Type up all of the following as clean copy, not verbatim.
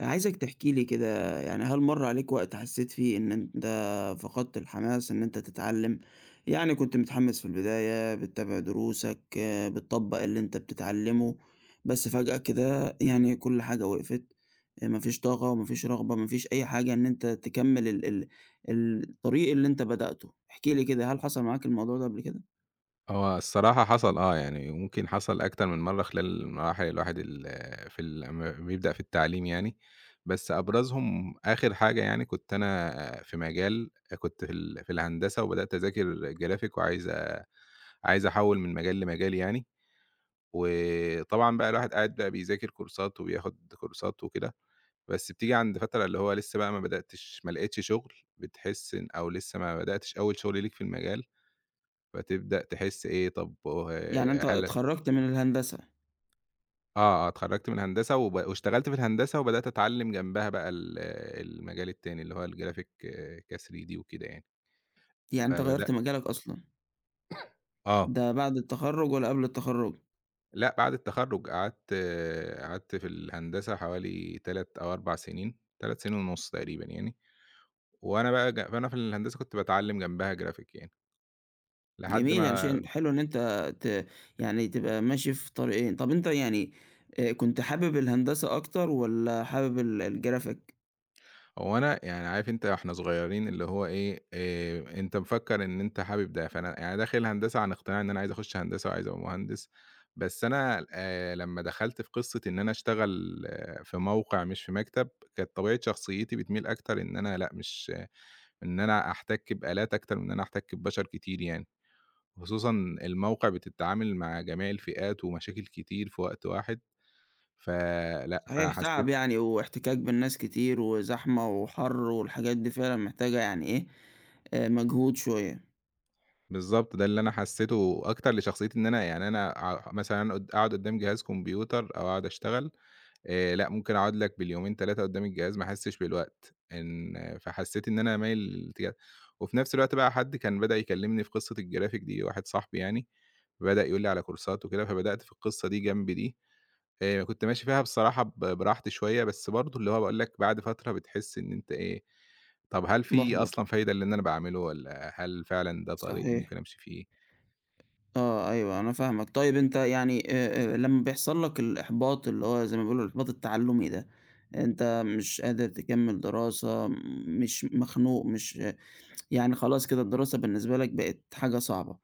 عايزك تحكي لي كده يعني هل مَر عليك وقت حسيت فيه إن أنت فقدت الحماس إن أنت تتعلم؟ يعني كنت متحمس في البداية، بتتابع دروسك، بتطبّق اللي أنت بتتعلمه، بس فجأة كده يعني كل حاجة وقفت، ما فيش طاقة وما فيش رغبة، ما فيش أي حاجة إن أنت تكمّل ال ال الطريق اللي أنت بدأته، احكِ لي كده هل حصل معاك الموضوع ده قبل كده؟ هو الصراحة حصل آه، يعني ممكن حصل أكتر من مرّة خلال المراحل الواحد ال في لمّا بيبدأ في التعليم يعني. بس أبرزهم آخر حاجة، يعني كنت أنا في مجال، كنت في في الهندسة وبدأت أذاكر graphic وعايز أ عايز أحوّل من مجال لمجال يعني. وطبعًا بقى الواحد قاعد بقى بيذاكر كورسات وبياخد كورسات وكده، بس بتيجي عند فترة اللي هو لسه بقى ما بدأتش، ما لقيتش شغل، بتحس إن، أو لسه ما بدأتش أول شغل ليك في المجال، فتبدأ تحس إيه. طب يعني أنت وهل اتخرّجت من الهندسة، آه، آه، اتخرّجت من هندسة واشتغلت في الهندسة وبدأت أتعلّم جنبها بقى المجال التاني، اللي هو الgraphic، كتلاتة D وكده يعني. يعني أنت غيّرت فبدأ مجالك أصلًا، آه، ده بعد التخرُّج والّا قبل التخرُّج؟ لأ، بعد التخرُّج قعدت في الهندسة حوالي 3 أو 4 سنين، 3 سنين ونُص تقريبًا يعني. وأنا بقى ج فأنا في الهندسة كنت باتعلّم جنبها graphic يعني، لحد جميل، يعني ما شيء حلو إن أنت ت يعني تبقى ماشي في طريقين. طب أنت يعني كنت حابب الهندسة أكتر والّا حابب الGraphic؟ هو. أنا يعني عارف أنت، إحنا صغيرين اللي هو إيه، أنت مفكّر إن أنت حابب ده، فأنا يعني داخل هندسة عن اقتناع إن أنا عايز أخُش هندسة وعايز أبقى مهندس. بس أنا لمّا دخلت في قصة إن أنا أشتغل آه في موقع مش في مكتب، كانت طبيعة شخصيتي بتميل أكتر إن أنا لأ، مش إن أنا أحتَك بآلات أكتر من إن أنا أحتَك ببشر كتير يعني، خصوصًا الموقع بتتعامل مع جميع الفئات ومشاكل كتير في وقت واحد، فلأ، صحيح فحسّيت. تعب يعني واحتكاك بالناس كتير وزحمة وحَر والحاجات دي فعلًا محتاجة يعني إيه، مجهود شوية، بالضبط، ده اللي أنا حسّيته أكتر لشخصيتي، إن أنا يعني أنا ع مثلًا قد أقعد قدّام جهاز كمبيوتر أو أقعد أشتغل، لأ، ممكن أقعد لك باليومين 3 قدّام الجهاز ما أحسّش بالوقت، إن فحسّيت إن أنا مايل للاتجاه. وفي نفس الوقت بقى حد كان بدأ يكلّمني في قصة الجرافيك دي، واحد صاحبي يعني، بدأ يقول لي على كورسات وكده، فبدأت في القصة دي جنب دي. كنت ماشي فيها بصراحة براحتي شوية، بس برضه اللي هو باقول لك، بعد فترة بتحس إن أنت إيه، طَب هل في مُحبَط. أصلًا فايدة للي أنا باعمله، والّا هل فعلًا ده طريق صحيح. ممكن أمشي فيه؟ آه، أيوه، أنا فاهمك. طيب أنت يعني لمّا بيحصل لك الإحباط اللي هو زي ما بيقولوا الإحباط التعلُّمي ده، أنت مش قادر تكمّل دراسة، مش مخنوق، مش يعني خلاص كده الدراسة بالنسبة لك بقت حاجة صعبة،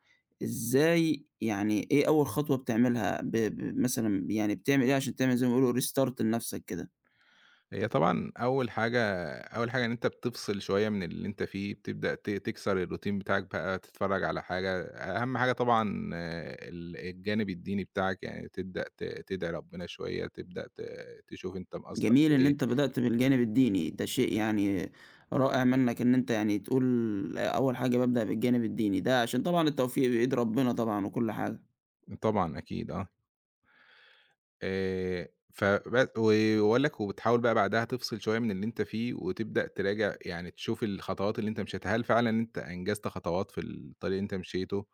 إزاي يعني إيه أول خطوة بتعملها ب ب مثلًا يعني بتعمل إيه عشان تعمل زي ما بيقولوا restart لنفسك كده؟ هي طبعًا أول حاجة، أول حاجة إن أنت بتفصل شوية من اللي أنت فيه، بتبدأ تكسر الroutine بتاعك بقى، تتفرّج على حاجة، أهم حاجة طبعًا آه، الجانب الديني بتاعك، يعني تبدأ تدعي ربنا شوية، تبدأ تشوف أنت مقصّر جميل في إن إيه. أنت بدأت بالجانب الديني، ده شيء يعني رائع منّك إن أنت يعني تقول أول حاجة بابدأ بالجانب الديني، ده عشان طبعًا التوفيق بإيد ربنا طبعًا وكل حاجة، طبعًا أكيد، آه. آآ فب وباقول لك، وبتحاول بقى بعدها تفصل شوية من اللي أنت فيه، وتبدأ تراجع، يعني تشوف الخطوات اللي أنت مشيتها، هل فعلًا أنت أنجزت خطوات في الطريق اللي أنت مشيته؟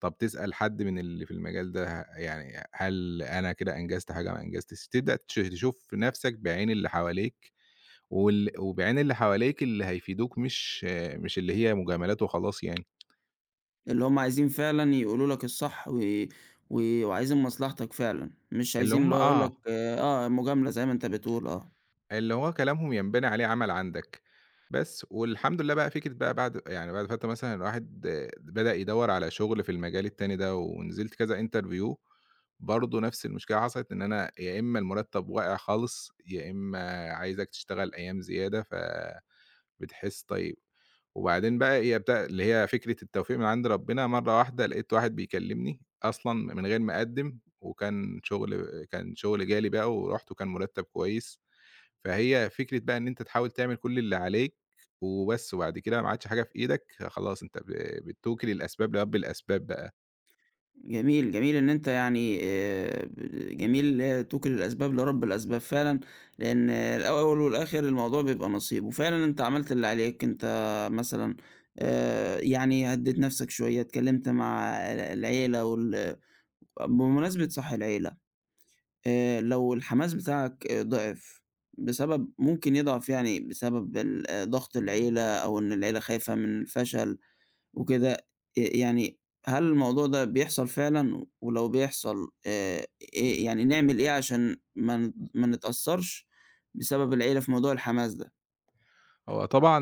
طب تسأل حد من اللي في المجال ده يعني هل أنا كده أنجزت حاجة ما أنجزتش؟ تبدأ تشوف نفسك بعين اللي حواليك، وبعين اللي حواليك اللي هيفيدوك، مش آه، مش اللي هي مجاملات وخلاص يعني. اللي هم عايزين فعلًا يقولوا لك الصح و و وعايزين مصلحتك فعلًا، مش اللي عايزين اللي هم هو يقول آه، لك آه مجاملة زي ما أنت بتقول، آه. اللي هو كلامهم ينبني عليه عمل عندك. بس والحمد لله بقى، فكرة بقى بعد يعني بعد فترة مثلًا الواحد آه، بدأ يدوّر على شغل في المجال التاني ده، ونزلت كذا interview، برضه نفس المشكلة حصلت، إن أنا يا إما المرتب واقع خالص، يا إما عايزك تشتغل أيام زيادة، فبتحس طيب. وبعدين بقى، هي بتا اللي هي فكرة التوفيق من عند ربنا، مرة واحدة لقيت واحد بيكلمني أصلًا من غير ما أقدم، وكان شغل كان شغل جالي بقى ورُحت وكان مرتب كويس. فهي فكرة بقى إن أنت تحاول تعمل كل اللي عليك وبس، وبعد كده ما عادش حاجة في إيدك، خلاص أنت بتوكل الأسباب لرب الأسباب بقى. جميل، جميل إن أنت يعني ب جميل آه، توكل الأسباب لرب الأسباب فعلًا، لإن الأول والآخر الموضوع بيبقى نصيب، وفعلًا أنت عملت اللي عليك، أنت مثلًا يعني هدّيت نَفْسك شوية، اتكلمت مع العيلة بمناسبة صح العيلة، لو الحماس بتاعك آه، ضِعِف بسبب ممكن يضعف يعني بسبب ال آه، ضغط العيلة أو إن العيلة خايفة من الفشل وكده، يعني هل الموضوع ده بيحصل فعلًا، ولو بيحصل آآ إيه يعني نعمل إيه عشان ما نتأثّرش بسبب العيلة في موضوع الحماس ده؟ هو طبعًا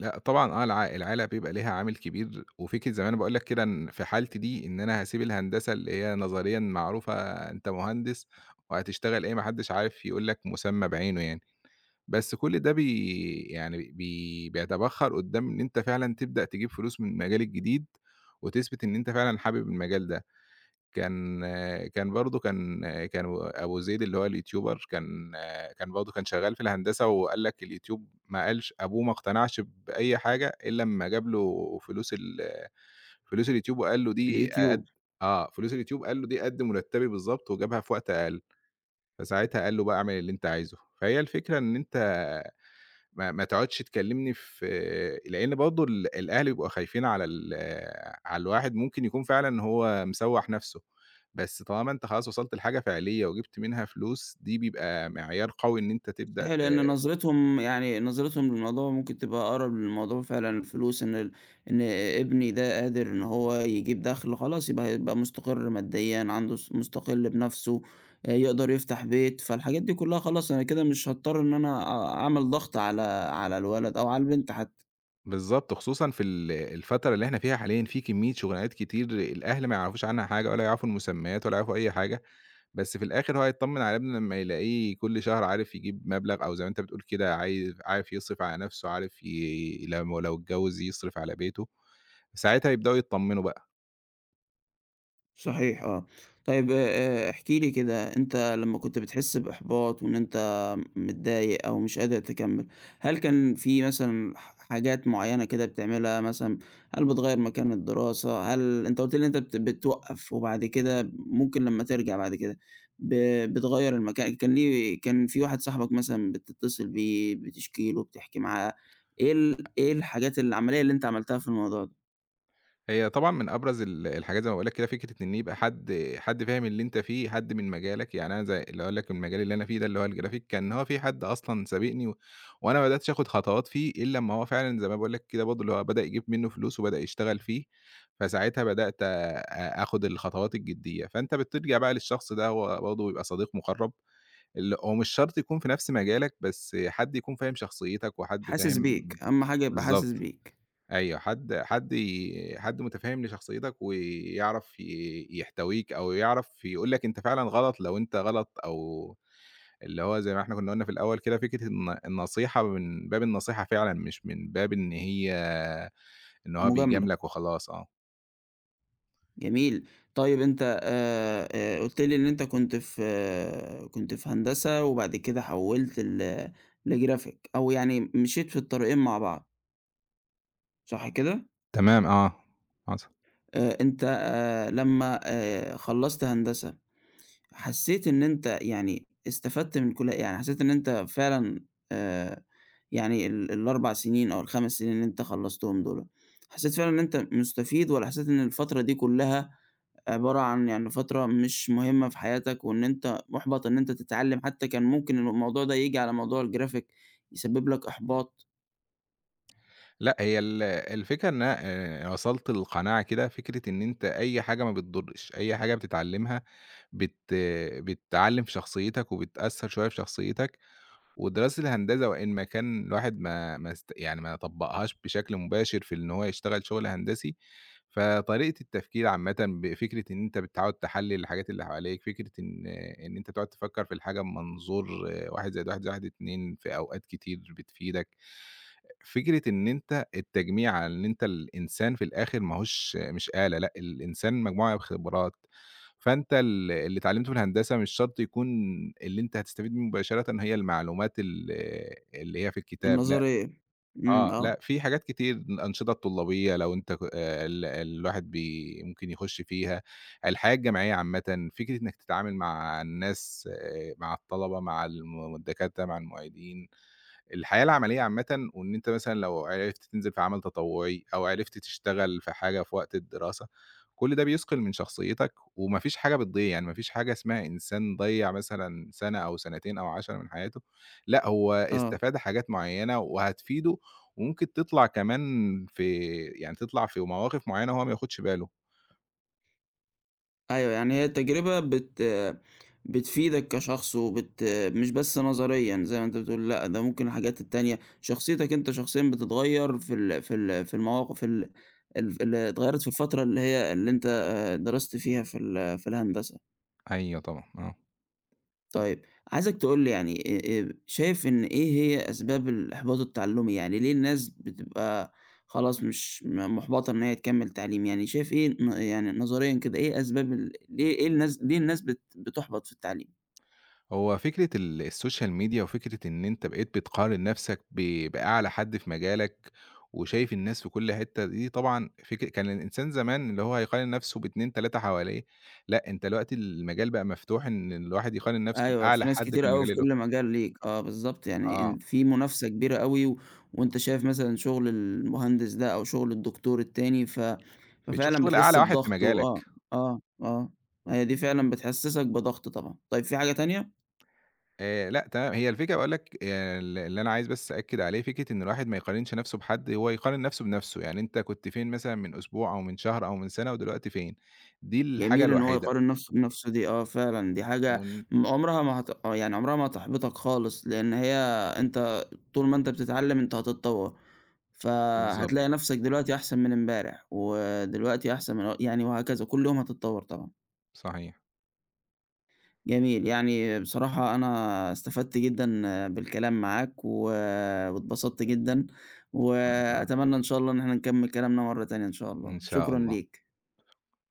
لأ طبعًا آه، العيلة بيبقى ليها عامل كبير، وفكرة زي ما أنا باقول لك كده، إن في حالتي دي إن أنا هاسيب الهندسة اللي هي نظريًا معروفة، أنت مهندس وهتشتغل إيه، ما حدش عارف يقول لك مسمى بعينه يعني. بس كل ده بي يعني بي بيتبخر قدّام إن أنت فعلًا تبدأ تجيب فلوس من المجال الجديد، وتثبت إن أنت فعلًا حابب المجال ده. كان كان برضه كان كان أبو زيد اللي هو اليوتيوبر، كان شغال في الهندسة، وقال لك اليوتيوب، ما قالش أبوه، ما اقتنعش بأي حاجة إلّا أمّا جاب له فلوس فلوس اليوتيوب، وقال له دي الYouTube. قد آه، فلوس اليوتيوب قال له دي قد مرتبي بالضبط، وجابها في وقت أقل. فساعتها قال له بقى، اعمل اللي أنت عايزه. فهي الفكرة إن أنت ما تقعدش تكلمني في، لإن برضه الأهل بيبقوا خايفين على على الواحد، ممكن يكون فعلًا هو مسوّح نَفْسه، بس طالما أنت خلاص وصلت لحاجة فعلية وجِبت منها فلوس، دي بيبقى معيار قوي إن أنت صحيح، تبدأ ت. لإن نظرتهم يعني نظرتهم للموضوع ممكن تبقى أقرب للموضوع فعلًا الفلوس إن ابني ده قادر إن هو يجيب دخْل خلاص يبقى هيبقى مستقر ماديًا، عنده مستقل بنفْسه، يقدر يفتح بيت، فالحاجات دي كلّها خلاص أنا كده مش هاضطر إن أنا أعمل ضغط على الولد أو على البنت حتّى. بالضبط، خصوصًا في الفترة اللي إحنا فيها حاليًا، في كمية شُغلانات كتير الأهل ما يعرفوش عنها حاجة، ولا يعرفوا المسميات، ولا يعرفوا أي حاجة. بس في الآخر هو هيتطمن على ابنه لمّا يلاقيه كل شهر عارف يجيب مبلغ، أو زي ما أنت بتقول كده عايز عارف يصرف على نفسه، عارف لمّا لو اتجوز يصرف على بيته، ساعتها يبدأوا يتطمنوا بقى. صحيح آه. طيب احكِ لي كده، أنت لمّا كنت بتحس بإحباط وإن أنت متضايق أو مش قادر تكمّل، هل كان في مثلًا حاجات معيّنة كده بتعملها مثلًا، هل بتغيّر مكان الدراسة، هل أنت قُلت لي إن أنت بتوقّف وبعد كده ممكن لمّا ترجع بعد كده ب بتغيّر المكان، كان ليه كان في واحد صاحبك مثلًا بتتصل بيه، بتشكي له، بتحكي معاه، إيه الحاجات العملية اللي أنت عملتها في الموضوع ده؟ هي طبعًا من أبرز الحاجات زي ما باقول لك كده، فكرة إن يبقى حد، حد فاهم اللي أنت فيه، حد من مجالك. يعني أنا زي اللي هاقول لك، المجال اللي أنا فيه ده اللي هو الجرافيك، كان هو في حد أصلًا سابقني، و وأنا ما بدأتش آخد خطوات فيه إلا أمّا هو فعلًا زي ما باقول لك كده برضه، اللي هو بدأ يجيب منّه فلوس وبدأ يشتغل فيه، فساعتها بدأت آخد الخطوات الجدية. فأنت بتلجأ بقى للشخص ده، هو برضه بيبقى صديق مُقرّب، اللي هو مش شرط يكون في نفس مجالك، بس حد يكون فاهم شخصيتك، وحد حاسس فاهم. بيك، أهم حاجة يبقى حاسس بالضبط. بيك، أيوه، حد مُتفهِّم لشخصيتك ويعرف يحتويك، أو يعرف يقول لك أنت فعلًا غلط لو أنت غلط، أو اللي هو زي ما إحنا كُنّا قُلنا في الأول كده، فكرة النصيحة من باب النصيحة فعلًا، مش من باب إن إن هو مجاملة. بيجاملك وخلاص آه. جميل. طيب أنت قُلت لي إن أنت كنت في آه، كنت في هندسة وبعد كده حوّلت لGraphic أو يعني مشيت في الطريقين مع بعض، صح كده؟ تمام آه، حصل. أنت لمّا خلّصت هندسة، حسّيت إن أنت يعني استفدت من كل يعني حسّيت إن أنت فعلًا آآ يعني ال4 سنين أو ال5 سنين اللي أنت خلّصتهم دُولَة، حسّيت فعلًا إن أنت مستفيد والّا حسّيت إن الفترة دي كُلّها عبارة عن يعني فترة مش مهمة في حياتك، وإن أنت مُحبَط إن أنت تتعلّم، حتى كان ممكن إن الموضوع ده ييجي على موضوع الجرافيك، يسبب لك إحباط، لأ، هي الفكرة إن أنا وصلت لقناعة كده، فكرة إن أنت أي حاجة ما بتضُرّش، أي حاجة بتتعلّمها بت بتعلّم في شخصيتك وبتأثّر شوية في شخصيتك، والدراسة الهندسة، وإن ما كان الواحد ما ما است يعني ما طبّقهاش بشكل مباشر في إن هو يشتغل شغل هندسي، فطريقة التفكير عامةً، بفكرة إن أنت بتقعد تحلّل الحاجات اللي حواليك، فكرة إن أنت تقعد تفكّر في الحاجة بمنظور 1 زائد 1 زائد 1 2، في أوقات كتير بتفيدك. فكرة إن أنت التجميع، على إن أنت الإنسان في الآخر ما هوش مش آلة، لأ الإنسان مجموعة خبرات. فأنت اللي اتعلمته في الهندسة مش شرط يكون اللي أنت هتستفيد منه مباشرةً هي المعلومات اللي هي في الكتاب، لأ. النظرية. إمم، آه، لأ، آه، في حاجات كتير، الأنشطة الطلابية لو أنت ك ال الواحد ممكن يخش فيها، الحياة الجامعية عامةً، فكرة إنك تتعامل مع الناس، آه، مع الطلبة، مع الدكاترة، مع المعيدين. الحياة العملية عامةً، وإن أنت مثلًا لو عرفت تنزل في عمل تطوعي، أو عرفت تشتغل في حاجة في وقت الدراسة، كل ده بيثقل من شخصيتك، وما فيش حاجة بتضيع. يعني ما فيش حاجة اسمها إنسان ضيّع مثلًا سنة أو سنتين أو 10 من حياته، لأ هو آه، استفاد حاجات معيّنة وهتفيده، وممكن تطلع كمان في يعني تطلع في مواقف معيّنة هو ما ياخدش باله. أيوه، يعني هي التجربة بتفيدك كشخص مش بس نظريًا زي ما أنت بتقول، لأ، ده ممكن الحاجات التانية، شخصيتك أنت شخصيًا بتتغيّر في المواقف ال ال اللي اتغيّرت في الفترة اللي هي اللي أنت درست فيها في الهندسة. أيوه طبعًا، آه. طيب، عايزك تقول لي يعني شايف إن إيه هي أسباب الإحباط التعلُّمي؟ يعني ليه الناس بتبقى خلاص مش مُحبطة إن هي تكمّل تعليم؟ يعني شايف إيه يعني نظريًا كده إيه أسباب ليه إيه الناس ليه الناس بتُحبط في التعليم؟ هو فكرة السوشيال ميديا، وفكرة إن أنت بقيت بتقارن نفسك بأعلى حد في مجالك، وشايف الناس في كل حتة. دي طبعًا كان الإنسان زمان اللي هو هيقارن نفسه ب2، 3 حواليه، لأ أنت دلوقتي المجال بقى مفتوح إن الواحد يقارن نفسه أيوه، في بأعلى ناس حد في كتيرة أوي المجال في اللي هو كل مجال ليك، آه بالضبط، يعني إن آه، في منافسة كبيرة أوي وأنت شايف مثلًا شُغل المهندس ده أو شُغل الدكتور التاني بتشوف ففعلًا شغل بتحس أعلى واحد في بضغط و مجالك. آه، آه، آه، هي دي فعلًا بتحسّسك بضغط طبعًا. طيب في حاجة تانية؟ لأ تمام، هي الفكرة باقول لك، ال اللي أنا عايز بس أأكد عليه، فكرة إن الواحد ما يقارنش نَفْسه بحد، هو يقارن نَفْسه بنَفْسه، يعني أنت كنت فين مثلًا من أسبوع أو من شهر أو من سَنة، ودلوقتي فين، دي الحاجة جميل إن هو الوحيدة يقارن نفسه بنفسه دي آه فعلًا، دي حاجة ون عمرها ما هت آه، يعني عمرها ما هتحبطك خالص، لإن هي أنت طول ما أنت بتتعلم أنت هتتطور، بالضبط، فهتلاقي نفسك دلوقتي أحسن من امبارح، ودلوقتي أحسن من يعني وهكذا، كل يوم هتتطور طبعًا. صحيح، جميل، يعني بصراحة أنا استفدت جدًا بالكلام معاك، واتبسطت جدًا، وأنا كمان، وأتمنى إن شاء الله إن إحنا نكمل كلامنا مرة تانية إن شاء الله، إن شاء شكرًا الله. ليك.